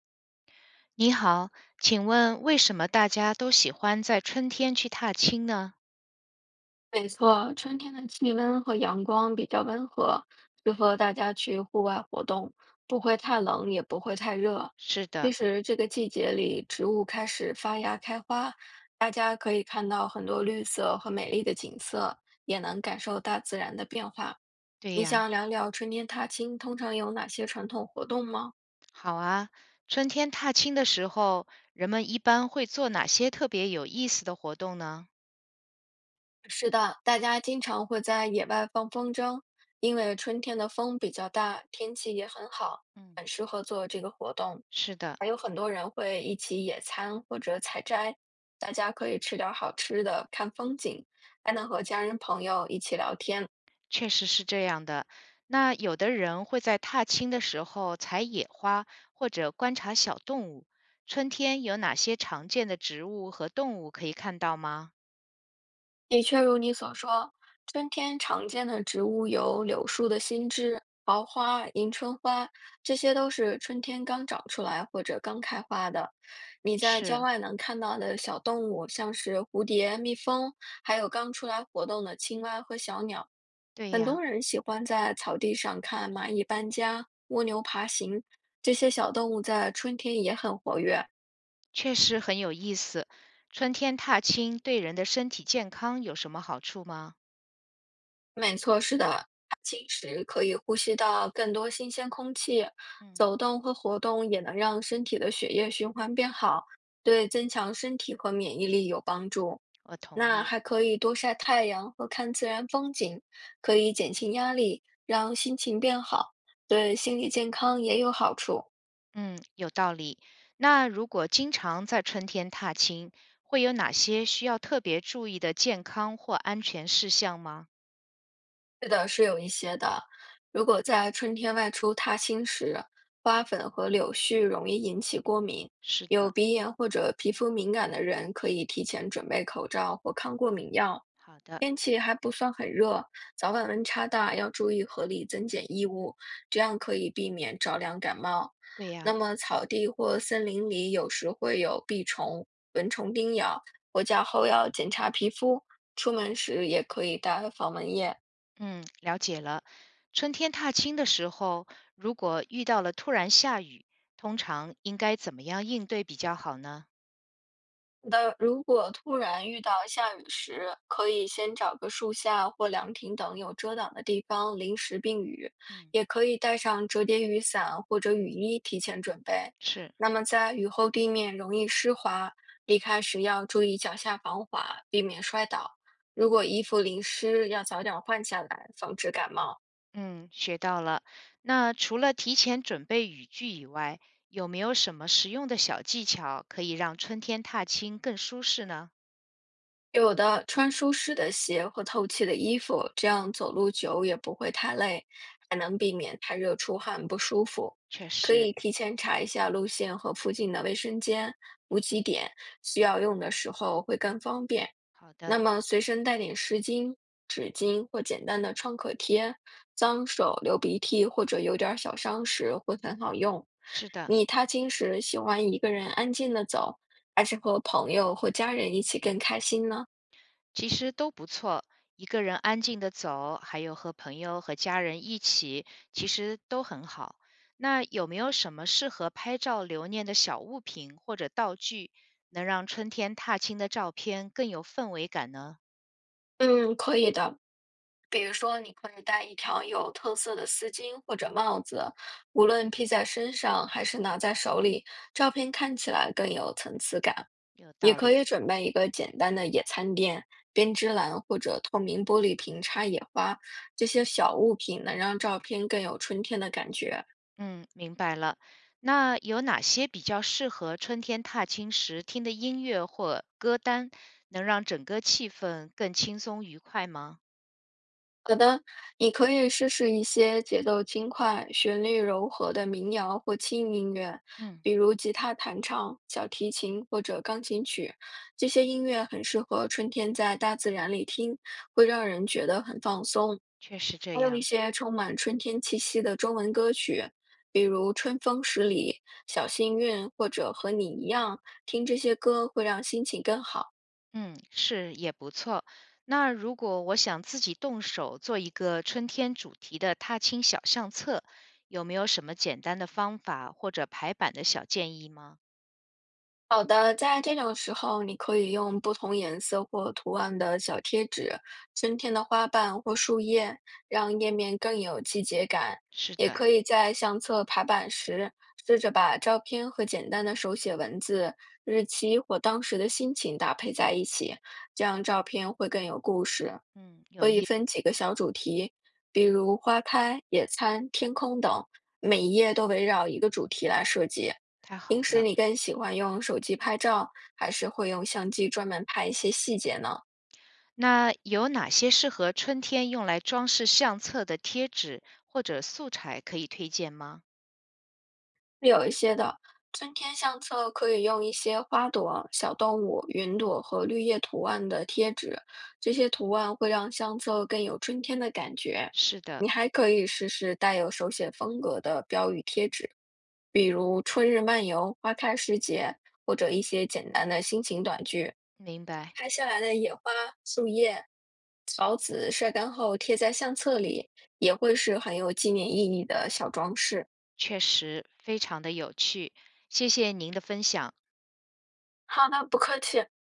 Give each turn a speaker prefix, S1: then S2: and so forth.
S1: 你好，请问为什么大家都喜欢在春天去踏青呢？
S2: 没错，春天的气温和阳光比较温和，适合大家去户外活动，不会太冷，也不会太热。
S1: 是的，
S2: 其实这个季节里，植物开始发芽开花，大家可以看到很多绿色和美丽的景色，也能感受大自然的变化。
S1: 对
S2: 你
S1: 呀，
S2: 想聊聊春天踏青通常有哪些传统活动吗？
S1: 好啊。春天踏青的时候，人们一般会做哪些特别有意思的活动呢？
S2: 是的，大家经常会在野外放风筝，因为春天的风比较大，天气也很好，
S1: 嗯，
S2: 很适合做这个活动。
S1: 是的，
S2: 还有很多人会一起野餐或者采摘，大家可以吃点儿好吃的，看风景，还能和家人朋友一起聊天。
S1: 确实是这样的。那有的人会在踏青的时候采野花，或者观察小动物。春天有哪些常见的植物和动物可以看到吗？
S2: 的确如你所说，春天常见的植物有柳树的新枝、桃花、迎春花，这些都是春天刚长出来或者刚开花的。你在郊
S1: 是，
S2: 外能看到的小动物，像是蝴蝶、蜜蜂，还有刚出来活动的青蛙和小鸟。
S1: 对
S2: 很多
S1: 呀。
S2: 人喜欢在草地上看蚂蚁搬家、蜗牛爬行，这些小动物在春天也很活跃。
S1: 确实很有意思。春天踏青对人的身体健康有什么好处吗？
S2: 没错，是的，它青时可以呼吸到更多新鲜空气，
S1: 嗯，
S2: 走动和活动也能让身体的血液循环变好，对增强身体和免疫力有帮助。
S1: 我同
S2: 那
S1: 意。
S2: 还可以多晒太阳和看自然风景，可以减轻压力，让心情变好，对心理健康也有好处。
S1: 嗯，有道理。那如果经常在春天踏青，会有哪些需要特别注意的健康或安全事项吗？
S2: 是的，是有一些的。如果在春天外出踏青时，花粉和柳絮容易引起过敏，
S1: 是
S2: 有
S1: 的，
S2: 鼻炎或者皮肤敏感的人可以提前准备口罩或抗过敏药。
S1: 好的，
S2: 天气还不算很热，早晚温差大，要注意合理增减衣物，这样可以避免着凉感冒。
S1: 对
S2: 那
S1: 呀，
S2: 么，草地或森林里有时会有蜱虫、蚊虫叮咬，回家后要检查皮肤，出门时也可以带防蚊液。
S1: 嗯，了解了。春天踏青的时候，如果遇到了突然下雨，通常应该怎么样应对比较好呢？
S2: 那如果突然遇到下雨时，可以先找个树下或凉亭等有遮挡的地方临时避雨，
S1: 嗯，
S2: 也可以带上折叠雨伞或者雨衣提前准备。
S1: 是。
S2: 那么在雨后地面容易湿滑，离开时要注意脚下防滑，避免摔倒。如果衣服淋湿，要早点换下来，防止感冒。
S1: 嗯，学到了。那除了提前准备雨具以外，有没有什么实用的小技巧可以让春天踏青更舒适呢？
S2: 有的穿舒适的鞋和透气的衣服，这样走路久也不会太累，还能避免太热出汗不舒服。
S1: 确
S2: 可
S1: 实，
S2: 以提前查一下路线和附近的卫生间、补给点，需要用的时候会更方便。
S1: 好的，
S2: 那么随身带点湿巾、纸巾或简单的创可贴，脏手、流鼻涕或者有点儿小伤时会很好用。
S1: 是的，
S2: 你踏青时喜欢一个人安静的走，还是和朋友或家人一起更开心呢？
S1: 其实都不错。一个人安静的走，还有和朋友和家人一起，其实都很好。那有没有什么适合拍照留念的小物品或者道具，能让春天踏青的照片更有氛围感呢？
S2: 嗯，可以的。比如说，你可以带一条有特色的丝巾或者帽子，无论披在身上还是拿在手里，照片看起来更有层次感。
S1: 有
S2: 也
S1: 道
S2: 可
S1: 理。
S2: 以准备一个简单的野餐垫、编织篮或者透明玻璃瓶插野花，这些小物品能让照片更有春天的感觉。
S1: 嗯，明白了。那有哪些比较适合春天踏青时听的音乐或歌单，能让整个气氛更轻松愉快吗？
S2: 好的，你可以试试一些节奏轻快、旋律柔和的民谣或轻音乐，
S1: 嗯，
S2: 比如吉他弹唱、小提琴或者钢琴曲。这些音乐很适合春天在大自然里听，会让人觉得很放松。
S1: 确实这
S2: 还有一
S1: 样。
S2: 些充满春天气息的中文歌曲，比如《春风十里》《小幸运》或者《和你一样》，听这些歌会让心情更好。
S1: 嗯，是，也不错。那如果我想自己动手做一个春天主题的踏青小相册，有没有什么简单的方法或者排版的小建议吗？
S2: 好的，在这种时候，你可以用不同颜色或图案的小贴纸、春天的花瓣或树叶，让页面更有季节感。
S1: 是
S2: 也
S1: 的，
S2: 可以在相册排版时，试着把照片和简单的手写文字、日期或当时的心情搭配在一起，这样照片会更有故事。
S1: 嗯，有
S2: 可以
S1: 意，
S2: 分几个小主题，比如花开、野餐、天空等，每一页都围绕一个主题来设计。
S1: 太
S2: 平
S1: 好
S2: 时
S1: 了。
S2: 你更喜欢用手机拍照，还是会用相机专门拍一些细节呢？
S1: 那有哪些适合春天用来装饰相册的贴纸或者素材可以推荐吗？
S2: 是有一些的，春天相册可以用一些花朵、小动物、云朵和绿叶图案的贴纸，这些图案会让相册更有春天的感觉。
S1: 是的，
S2: 你还可以试试带有手写风格的标语贴纸，比如“春日漫游”“花开时节”，或者一些简单的心情短句，
S1: 明白，
S2: 拍下来的野花、树叶草籽晒干后贴在相册里，也会是很有纪念意义的小装饰。
S1: 确实非常的有趣，谢谢您的分享。
S2: 好的，不客气。